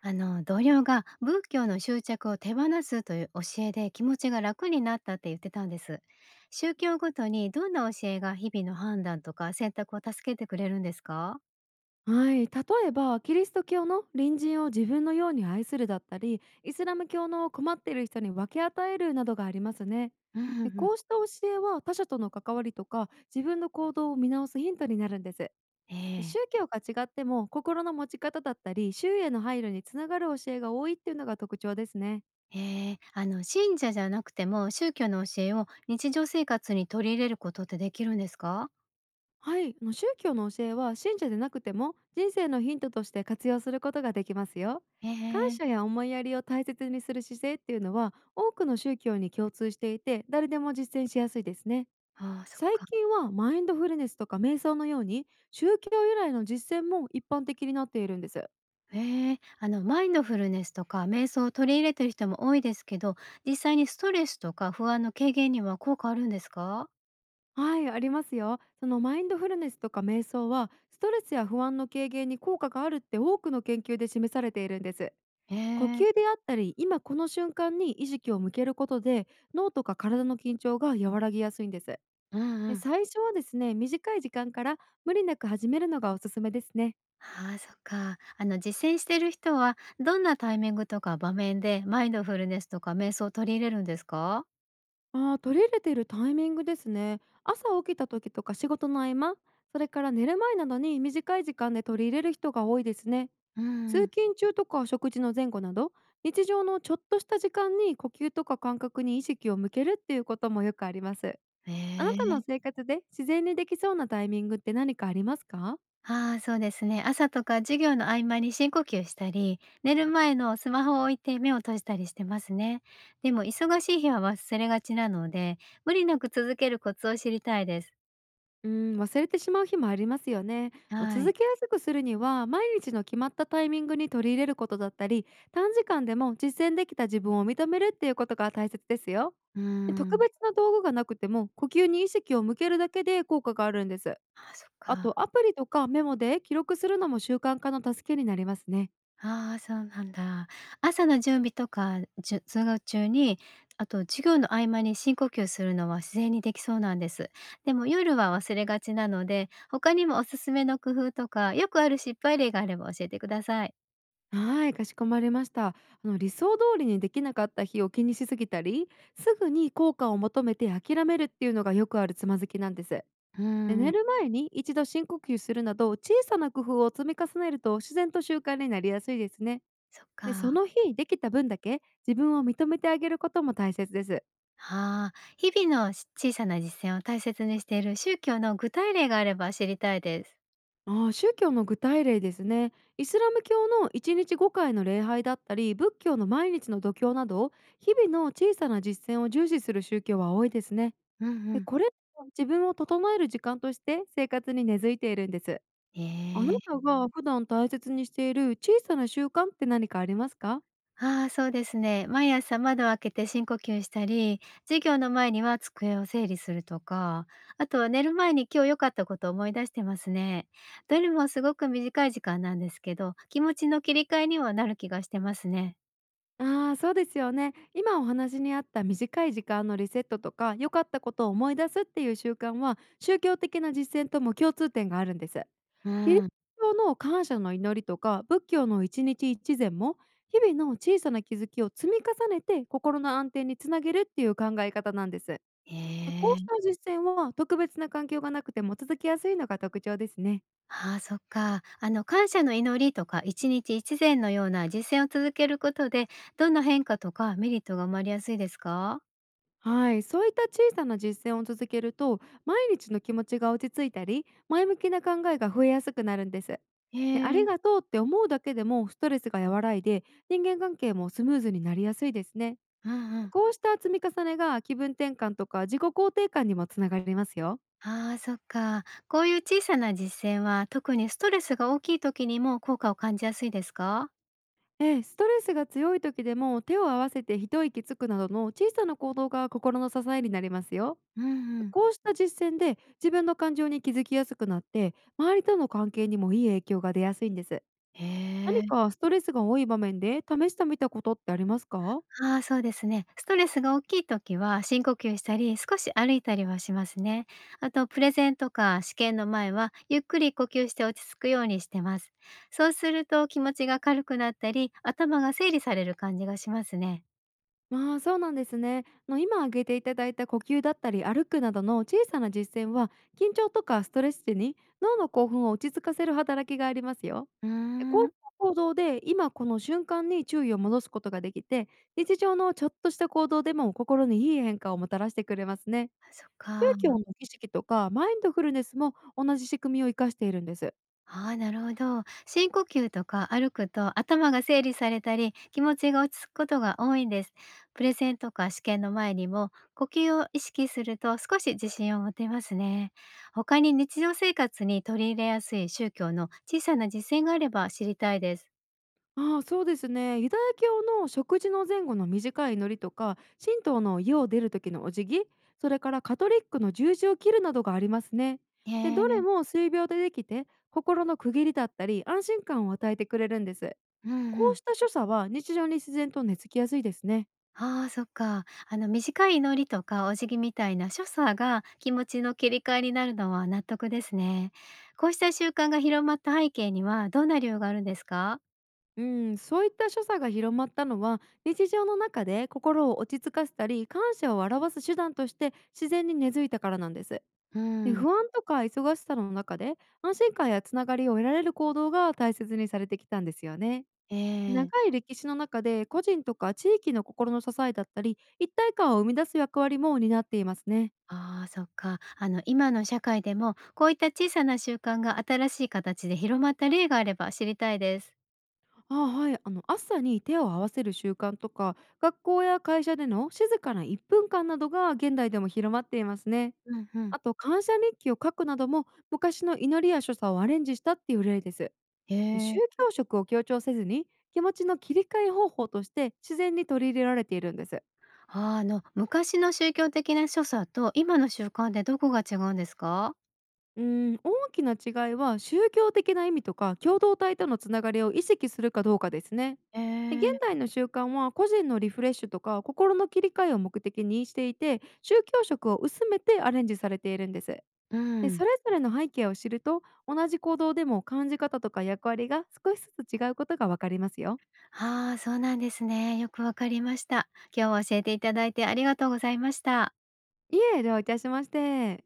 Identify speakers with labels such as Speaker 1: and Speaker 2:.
Speaker 1: あの同僚が仏教の執着を手放すという教えで気持ちが楽になったって言ってたんです。宗教ごとにどんな教えが日々の判断とか選択を助けてくれるんですか？
Speaker 2: はい、例えばキリスト教の隣人を自分のように愛するだったりイスラム教の困っている人に分け与えるなどがありますね。
Speaker 1: うんう
Speaker 2: で、
Speaker 1: んうん。
Speaker 2: こうした教えは他者との関わりとか自分の行動を見直すヒントになるんです。
Speaker 1: え
Speaker 2: で、
Speaker 1: え。
Speaker 2: 宗教が違っても心の持ち方だったり周囲への配慮につながる教えが多いっていうのが特徴ですね。
Speaker 1: ええ、あの信者じゃなくても宗教の教えを日常生活に取り入れることってできるんですか？
Speaker 2: はい、宗教の教えは信者でなくても人生のヒントとして活用することができますよ。感謝
Speaker 1: ええ。
Speaker 2: や思いやりを大切にする姿勢っていうのは多くの宗教に共通していて誰でも実践しやすいですね。
Speaker 1: ああ、そっ
Speaker 2: 最
Speaker 1: か。
Speaker 2: 近はマインドフルネスとか瞑想のように宗教由来の実践も一般的になっているんです。
Speaker 1: ええ、あのマインドフルネスとか瞑想を取り入れてる人も多いですけど、実際にストレスとか不安の軽減には効果あるんですか？
Speaker 2: はい、ありますよ。そのマインドフルネスとか瞑想はストレスや不安の軽減に効果があるって多くの研究で示されているんです。
Speaker 1: へ
Speaker 2: 呼吸
Speaker 1: え、
Speaker 2: であったり今この瞬間に意識を向けることで脳とか体の緊張が和らぎやすいんです。
Speaker 1: うんう
Speaker 2: で、
Speaker 1: ん。
Speaker 2: 最初はですね、短い時間から無理なく始めるのがおすすめですね。
Speaker 1: ああ、そっか。あの実践してる人は、どんなタイミングとか場面でマインドフルネスとか瞑想を取り入れるんですか？
Speaker 2: 取り入れているタイミングですね。朝起きた時とか仕事の合間、それから寝る前などに短い時間で取り入れる人が多いですね。
Speaker 1: うんう
Speaker 2: 通
Speaker 1: ん。
Speaker 2: 勤中とか食事の前後など、日常のちょっとした時間に呼吸とか感覚に意識を向けるっていうこともよくあります。
Speaker 1: へ
Speaker 2: あなたの
Speaker 1: え。
Speaker 2: 生活で自然にできそうなタイミングって何かありますか？
Speaker 1: ああ、そうですね。朝とか授業の合間に深呼吸したり、寝る前のスマホを置いて目を閉じたりしてますね。でも忙しい日は忘れがちなので、無理なく続けるコツを知りたいです。
Speaker 2: 忘れてしまう日もありますよね。あ、
Speaker 1: は
Speaker 2: 続
Speaker 1: い。
Speaker 2: けやすくするには、毎日の決まったタイミングに取り入れることだったり、短時間でも実践できた自分を認めるっていうことが大切ですよ。
Speaker 1: う
Speaker 2: で、特
Speaker 1: ん。
Speaker 2: 別な道具がなくても、呼吸に意識を向けるだけで効果があるんです。
Speaker 1: ああ、そっ
Speaker 2: あ
Speaker 1: か。
Speaker 2: と、アプリとかメモで記録するのも習慣化の助けになりますね。
Speaker 1: ああ、そうなんだ。朝の準備とか、じゅ通学中に、あと授業の合間に深呼吸するのは自然にできそうなんです。でも夜は忘れがちなので、他にもおすすめの工夫とか、よくある失敗例があれば教えてください。
Speaker 2: はい、かしこまりました。理想通りにできなかった日を気にしすぎたり、すぐに効果を求めて諦めるっていうのがよくあるつまずきなんです。
Speaker 1: うー
Speaker 2: で、
Speaker 1: ん、
Speaker 2: 寝る前に一度深呼吸するなど小さな工夫を積み重ねると自然と習慣になりやすいですね。
Speaker 1: そっ
Speaker 2: で、そ
Speaker 1: か。
Speaker 2: の日できた分だけ自分を認めてあげることも大切です。
Speaker 1: ああ、日々のし小さな実践を大切にしている宗教の具体例があれば知りたいです。
Speaker 2: ああ、宗教の具体例ですね。イスラム教の1日5回の礼拝だったり、仏教の毎日の度胸など、日々の小さな実践を重視する宗教は多いですね。
Speaker 1: うんう
Speaker 2: で、
Speaker 1: ん。
Speaker 2: これは自分を整える時間として生活に根付いているんです。あな
Speaker 1: ええ。
Speaker 2: たが普段大切にしている小さな習慣って何かありますか？
Speaker 1: ああ、そうですね。毎朝窓を開けて深呼吸したり、授業の前には机を整理するとか、あとは寝る前に今日良かったことを思い出してますね。どれもすごく短い時間なんですけど、気持ちの切り替えにはなる気がしてますね。
Speaker 2: あそうですよね。今お話にあった短い時間のリセットとか、良かったことを思い出すっていう習慣は、宗教的な実践とも共通点があるんです。
Speaker 1: う
Speaker 2: キリス
Speaker 1: ん。
Speaker 2: ト教の感謝の祈りとか、仏教の一日一善も、日々の小さな気づきを積み重ねて心の安定につなげるっていう考え方なんです。で、
Speaker 1: へ
Speaker 2: こ
Speaker 1: え。
Speaker 2: うした実践は特別な環境がなくても続きやすいのが特徴ですね。
Speaker 1: ああ、そっか。あの、感謝の祈りとか、一日一善のような実践を続けることで、どんな変化とかメリットが生まれやすいですか？
Speaker 2: はい、そういった小さな実践を続けると毎日の気持ちが落ち着いたり前向きな考えが増えやすくなるんです。
Speaker 1: へ
Speaker 2: で、あり
Speaker 1: え。
Speaker 2: がとうって思うだけでもストレスが和らいで人間関係もスムーズになりやすいですね。
Speaker 1: うんうん。
Speaker 2: こうした積み重ねが気分転換とか自己肯定感にもつながりますよ。
Speaker 1: ああ、そっか。こういう小さな実践は、特にストレスが大きい時にも効果を感じやすいですか？
Speaker 2: ええ、ストレスが強い時でも手を合わせて一息つくなどの小さな行動が心の支えになりますよ。
Speaker 1: うんうん。
Speaker 2: こうした実践で自分の感情に気づきやすくなって周りとの関係にもいい影響が出やすいんです。
Speaker 1: へ
Speaker 2: 何
Speaker 1: え。
Speaker 2: かストレスが多い場面で試してみたことってありますか？
Speaker 1: ああ、そうですね。ストレスが大きい時は、深呼吸したり、少し歩いたりはしますね。あとプレゼンとか試験の前は、ゆっくり呼吸して落ち着くようにしてます。そうすると気持ちが軽くなったり、頭が整理される感じがしますね。
Speaker 2: まあ、そうなんですね。今挙げていただいた呼吸だったり歩くなどの小さな実践は、緊張とかストレス時に脳の興奮を落ち着かせる働きがありますよ。
Speaker 1: うー
Speaker 2: で、こう
Speaker 1: ん。
Speaker 2: した行動で今この瞬間に注意を戻すことができて、日常のちょっとした行動でも心にいい変化をもたらしてくれますね。
Speaker 1: あ、そっ
Speaker 2: 宗教
Speaker 1: か。
Speaker 2: の儀式とかマインドフルネスも同じ仕組みを生かしているんです。
Speaker 1: ああ、なるほど。深呼吸とか歩くと頭が整理されたり、気持ちが落ち着くことが多いんです。プレゼンとか試験の前にも呼吸を意識すると少し自信を持てますね。他に日常生活に取り入れやすい宗教の小さな実践があれば知りたいです。
Speaker 2: ああ、そうですね。ユダヤ教の食事の前後の短い祈りとか、神道の家を出る時のお辞儀、それからカトリックの十字を切るなどがありますね。
Speaker 1: へ
Speaker 2: で、どれ
Speaker 1: え。
Speaker 2: も水病でできて心の区切りだったり安心感を与えてくれるんです。
Speaker 1: うんう
Speaker 2: こう
Speaker 1: ん。
Speaker 2: した所作は日常に自然と根付きやすいですね。
Speaker 1: ああ、そっか。あの短い祈りとかお辞儀みたいな所作が気持ちの切り替えになるのは納得ですね。こうした習慣が広まった背景にはどんな理由があるんですか？
Speaker 2: うん、そういった所作が広まったのは日常の中で心を落ち着かせたり感謝を表す手段として自然に根付いたからなんです。
Speaker 1: う
Speaker 2: で、
Speaker 1: ん、
Speaker 2: 不安とか忙しさの中で安心感やつながりを得られる行動が大切にされてきたんですよね。
Speaker 1: え
Speaker 2: 長
Speaker 1: え。
Speaker 2: い歴史の中で個人とか地域の心の支えだったり一体感を生み出す役割も担っていますね。
Speaker 1: ああ、そっか。あの今の社会でもこういった小さな習慣が新しい形で広まった例があれば知りたいです。
Speaker 2: ああ、はい。朝に手を合わせる習慣とか、学校や会社での静かな1分間などが現代でも広まっていますね。
Speaker 1: うんうん、
Speaker 2: あと、感謝日記を書くなども昔の祈りや所作をアレンジしたっていう例です。
Speaker 1: へ
Speaker 2: で、宗
Speaker 1: え。
Speaker 2: 教色を強調せずに気持ちの切り替え方法として自然に取り入れられているんです。
Speaker 1: ああ、あの昔の宗教的な所作と今の習慣でどこが違うんですか？
Speaker 2: う大きな違いは宗教的な意味とか共同体とのつながりを意識するかどうかですね。で、現
Speaker 1: え
Speaker 2: 代
Speaker 1: え、
Speaker 2: の習慣は個人のリフレッシュとか心の切り替えを目的にしていて宗教色を薄めてアレンジされているんです。
Speaker 1: う
Speaker 2: で、
Speaker 1: ん。
Speaker 2: それぞれの背景を知ると同じ行動でも感じ方とか役割が少しずつ違うことがわかりますよ。
Speaker 1: ああ、そうなんですね。よくわかりました。今日は教えていただいてありがとうございました。
Speaker 2: いえ、どういたしまして。